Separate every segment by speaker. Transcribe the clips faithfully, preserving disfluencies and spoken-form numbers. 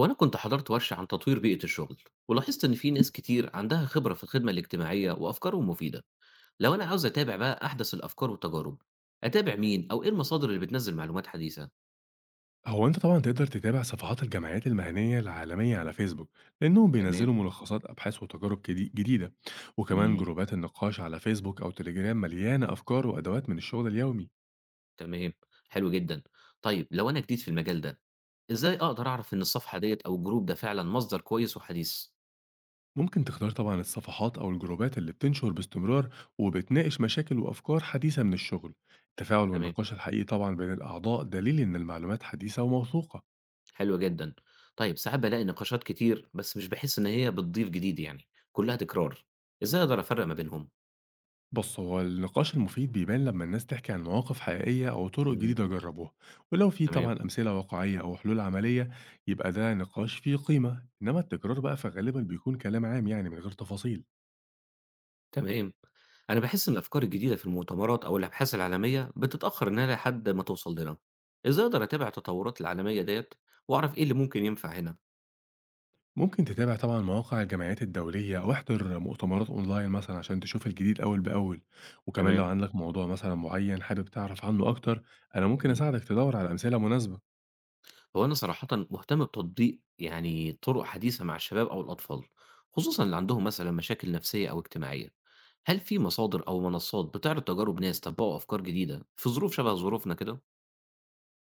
Speaker 1: هو أنا كنت حضرت ورشة عن تطوير بيئة الشغل، ولاحظت إن في ناس كتير عندها خبرة في الخدمة الاجتماعية وأفكارهم مفيدة. لو أنا عاوز أتابع بقى أحدث الأفكار والتجارب، أتابع مين أو إيه المصادر اللي بتنزل معلومات حديثة؟
Speaker 2: هو أنت طبعًا تقدر تتابع صفحات الجمعيات المهنية العالمية على فيسبوك، لأنهم
Speaker 1: تمام.
Speaker 2: بينزلوا ملخصات أبحاث وتجارب جدي جديدة، وكمان
Speaker 1: مم.
Speaker 2: جروبات النقاش على فيسبوك أو تليجرام مليانة أفكار وأدوات من الشغل اليومي.
Speaker 1: تمام. حلو جدا. طيب لو أنا جديد في المجال ده، إزاي أقدر أعرف إن الصفحة ديت أو الجروب ده فعلا مصدر كويس وحديث؟
Speaker 2: ممكن تختار طبعًا الصفحات أو الجروبات اللي بتنشر باستمرار وبتناقش مشاكل وأفكار حديثة من الشغل. التفاعل
Speaker 1: تمام.
Speaker 2: والنقاش الحقيقي طبعًا بين الأعضاء دليل إن المعلومات حديثة وموثوقة.
Speaker 1: حلو جدا. طيب ساعات بلاقي نقاشات كتير بس مش بحس إن هي بتضيف جديد، يعني كلها تكرار. إزاي أقدر أفرق ما بينهم؟
Speaker 2: بص، هو النقاش المفيد بيبان لما الناس تحكي عن مواقف حقيقية أو طرق
Speaker 1: مم.
Speaker 2: جديدة جربوها، ولو في
Speaker 1: تمام.
Speaker 2: طبعا أمثلة واقعية أو حلول عملية يبقى ده نقاش فيه قيمة. إنما التكرار بقى فغالبا بيكون كلام عام يعني من غير تفاصيل.
Speaker 1: تمام. أنا باحس إن الأفكار الجديدة في المؤتمرات أو الأبحاث العالمية بتتأخر إنها لحد ما توصل لنا. إزاي أقدر أتابع التطورات العالمية ديّة وأعرف إيه اللي ممكن ينفع هنا؟
Speaker 2: ممكن تتابع طبعا مواقع الجمعيات الدولية أو احضر مؤتمرات أونلاين مثلا عشان تشوف الجديد أول بأول، وكمان
Speaker 1: تمام.
Speaker 2: لو عندك موضوع مثلا معين حابب تعرف عنه أكتر، أنا ممكن
Speaker 1: إمم.
Speaker 2: أساعدك تدور على أمثلة مناسبة.
Speaker 1: هو أنا صراحةً مهتم بتطبيق يعني طُرق حديثة مع الشباب أو الأطفال، خصوصًا اللي عندهم مثلًا مشاكل نفسية أو اجتماعية. هل في مصادر أو منصات بتعرض تجارب ناس طبّقوا أفكار جديدة في ظروف شبه ظروفنا كده؟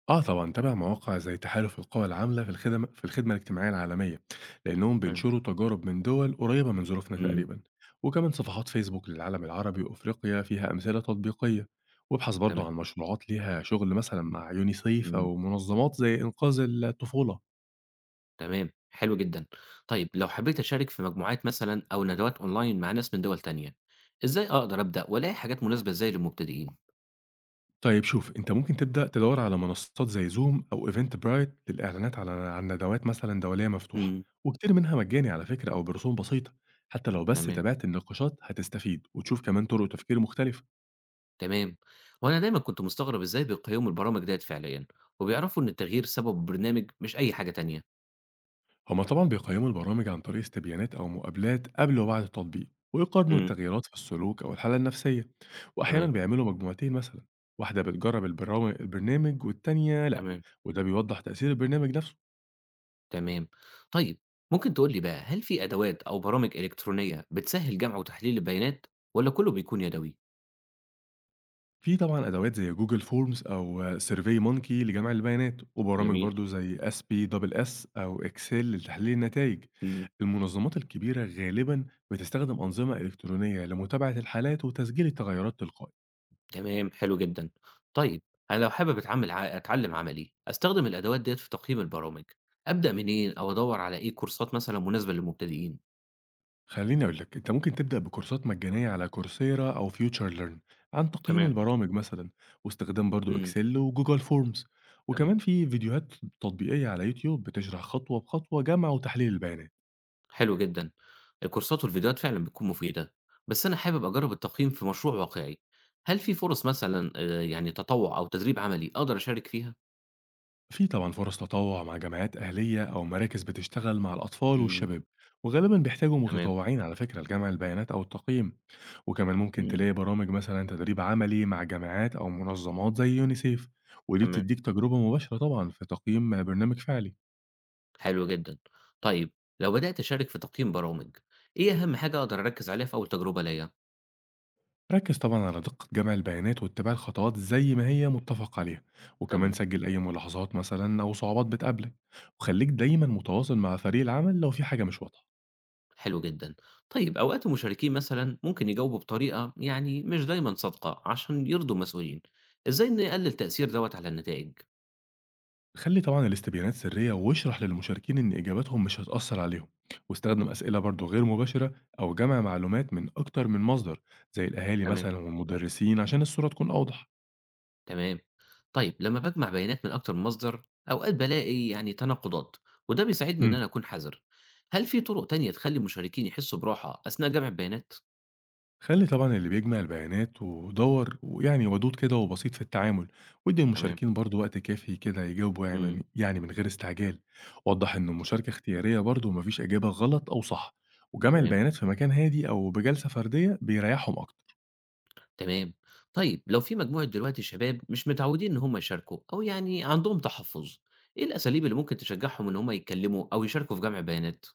Speaker 2: آه طبعًا، تابع مواقع زي تحالف القوى العاملة في الخدم في الخدمة الاجتماعية العالمية، لأنهم
Speaker 1: تمام.
Speaker 2: بينشروا تجارب من دول قريبة من ظروفنا
Speaker 1: إمم.
Speaker 2: تقريبًا، وكمان صفحات فيسبوك للعالم العربي وأفريقيا فيها أمثلة تطبيقية، وابحث
Speaker 1: تمام.
Speaker 2: برضه عن مشروعات ليها شغل مثلًا مع يونيسيف
Speaker 1: إمم.
Speaker 2: أو منظمات زي إنقاذ الطفولة.
Speaker 1: تمام، حلو جدًا. طيب لو حبيت أشارك في مجموعات مثلًا أو ندوات أونلاين مع ناس من دول تانية، إزاي أقدر أبدأ وألاقي حاجات مناسبة إزاي للمبتدئين؟
Speaker 2: طيب شوف، أنت ممكن تبدأ تدوّر على منصات زي Zoom أو Eventbrite للإعلانات على عن ندوات مثلًا دولية مفتوحة،
Speaker 1: إمم.
Speaker 2: وكتير منها مجاني على فكرة أو برسوم بسيطة، حتى لو بس
Speaker 1: تمام،
Speaker 2: تابعت النقاشات هتستفيد وتشوف كمان طرق تفكير مختلفة.
Speaker 1: تمام. وأنا دايمًا كنت مستغرب إزاي بيقيموا البرامج ديّة فعليًا، وبيعرفوا إن التغيير سببه برنامج مش أي حاجة تانية.
Speaker 2: هما طبعًا بيقيموا البرامج عن طريق استبيانات أو مقابلات قبل وبعد التطبيق، ويقارنوا
Speaker 1: إمم.
Speaker 2: التغييرات في السلوك أو الحالة النفسية، وأحيانًا
Speaker 1: تمام،
Speaker 2: بيعملوا مجموعتين مثلًا، واحدة بتجرب البرام البرنامج والتانية لأ،
Speaker 1: تمام،
Speaker 2: وده بيوضح تأثير البرنامج نفسه.
Speaker 1: تمام. طيب ممكن تقول لي بقى، هل في أدوات أو برامج إلكترونية بتسهّل جمع وتحليل البيانات والّا كُلّه بيكون يدوي؟
Speaker 2: في طبعًا أدوات زي Google forms أو SurveyMonkey لجمع البيانات، وبرامج
Speaker 1: جميل،
Speaker 2: برضه زي S P S S أو Excel لتحليل النتائج.
Speaker 1: إمم.
Speaker 2: المنظمات الكبيرة غالبًا بتستخدم أنظمة إلكترونية لمتابعة الحالات وتسجيل التغيرات تلقائي.
Speaker 1: تمام، حلو جدًا. طيب، أنا لو حابب أتعامل ع أتعلّم عملي، أستخدم الأدوات ديّة في تقييم البرامج، أبدأ منين أو أدوّر على إيه كورسات مثلًا مناسبة للمبتدئين؟
Speaker 2: خليني أقول لك، أنت ممكن تبدأ بكورسات مجانية على كورسيرا أو FutureLearn عن تقييم
Speaker 1: تمام.
Speaker 2: البرامج مثلًا، واستخدام برضه
Speaker 1: إمم،
Speaker 2: Excel وGoogle forms،
Speaker 1: تمام،
Speaker 2: وكمان في فيديوهات تطبيقية على يوتيوب بتشرح خطوة بخطوة جمع وتحليل البيانات.
Speaker 1: حلو جدًا. الكورسات والفيديوهات فعلًا بتكون مفيدة، بس أنا حابب أجرّب التقييم في مشروع واقعي، هل في فرص مثلًا آآ يعني تطوّع أو تدريب عملي أقدر أشارك فيها؟
Speaker 2: في طبعا فرص تطوع مع جمعيات أهلية أو مراكز بتشتغل مع الأطفال
Speaker 1: إمم،
Speaker 2: والشباب، وغالبا بيحتاجوا
Speaker 1: تمام،
Speaker 2: متطوعين على فكرة لجمع البيانات أو التقييم، وكمان ممكن
Speaker 1: إمم،
Speaker 2: تلاقي برامج مثلا تدريب عملي مع جامعات أو منظمات زي يونيسيف، ودي
Speaker 1: تمام،
Speaker 2: بتديك تجربة مباشرة طبعا في تقييم برنامج فعلي.
Speaker 1: حلو جدًا. طيب، لو بدأت أشارك في تقييم برامج، إيه أهم حاجة أقدر أركّز عليها في أول تجربة ليّا؟
Speaker 2: ركز طبعا على دقة جمع البيانات واتباع الخطوات زي ما هي متفق عليها، وكمان
Speaker 1: تمام.
Speaker 2: سجل أي ملاحظات مثلا أو صعوبات بتقابلك، وخليك دايما متواصل مع فريق العمل لو في حاجة مش واضحة.
Speaker 1: حلو جدًا. طيب أوقات المشاركين مثلًا ممكن يجاوبوا بطريقة يعني مش دايمًا صادقة عشان يرضوا المسؤولين، إزاي نقلل التأثير دوّة على النتائج؟
Speaker 2: خلي طبعا الاستبيانات سرية واشرح للمشاركين إن إجاباتهم مش هتأثر عليهم، واستخدم أسئلة برضو غير مباشرة، أو جمع معلومات من أكتر من مصدر زي الأهالي
Speaker 1: تمام.
Speaker 2: مثلا والمدرسين عشان الصورة تكون أوضح.
Speaker 1: تمام. طيب لمّا باجمع بيانات من أكتر من مصدر، أوقات بالاقي يعني تناقضات، وده بيساعدني إن
Speaker 2: مم.
Speaker 1: أنا أكون حذر. هل في طرق تانية تخلّي المشاركين يحسوا براحة أثناء جمع البيانات؟
Speaker 2: خلي طبعا اللي بيجمع البيانات ودور ويعني ودود كده وبسيط في التعامل، وادي
Speaker 1: تمام.
Speaker 2: المشاركين برضو وقت كافي كده يجاوبوا يعني
Speaker 1: إمم،
Speaker 2: من, يعني من غير استعجال. وضح إن المشاركة اختيارية برضو ومفيش إجابة غلط أو صح، وجمع
Speaker 1: تمام.
Speaker 2: البيانات في مكان هادي أو بجلسة فردية بيريحهم أكتر.
Speaker 1: تمام. طيب لو في مجموعة دلوقتي شباب مش متعودين إن هم يشاركوا أو يعني عندهم تحفُّظ، إيه الأساليب اللي ممكن تشجّعهم إن هم يتكلّموا أو يشاركوا في جمع بيانات؟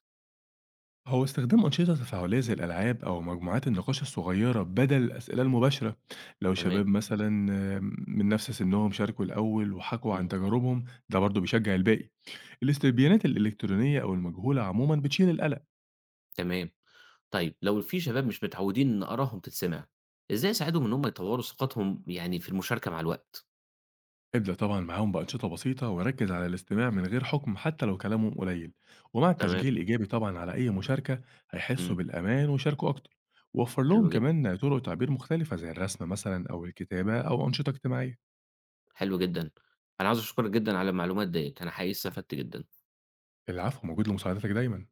Speaker 2: هو استخدام أنشطة تفاعلية زي الألعاب أو مجموعات النقاش الصغيرة بدل الأسئلة المباشرة، لو
Speaker 1: تمام،
Speaker 2: شباب مثلا آم، من نفس سنهم شاركوا الأول وحكوا عن
Speaker 1: إمم،
Speaker 2: تجاربهم، ده برضه بيشجع الباقي. الاستبيانات الإلكترونية أو المجهولة عموما بتشيل القلق.
Speaker 1: تمام. طيب لو في شباب مش متعودين إن آرائهم تتسمع، إزاي أساعدهم إن هم يطوّروا ثقتهم يعني في المشاركة مع الوقت؟
Speaker 2: ابدأ طبعا معاهم بأنشطة بسيطة وركز على الاستماع من غير حكم، حتى لو كلامهم قليل ومع
Speaker 1: تمام،
Speaker 2: التشجيع الإيجابي طبعا على أي مشاركة هيحسوا
Speaker 1: إمم،
Speaker 2: بالأمان ويشاركوا أكتر، ووفر لهم
Speaker 1: حلو جدًا،
Speaker 2: كمان طرق تعبير مختلفة زي الرسم مثلا أو الكتابة أو أنشطة اجتماعية.
Speaker 1: حلو جدًا. أنا عاوز أشكرك جدًا على المعلومات ديّة، أنا حقيقي استفدت جدًا.
Speaker 2: العفو، موجود لمساعدتِك دايمًا.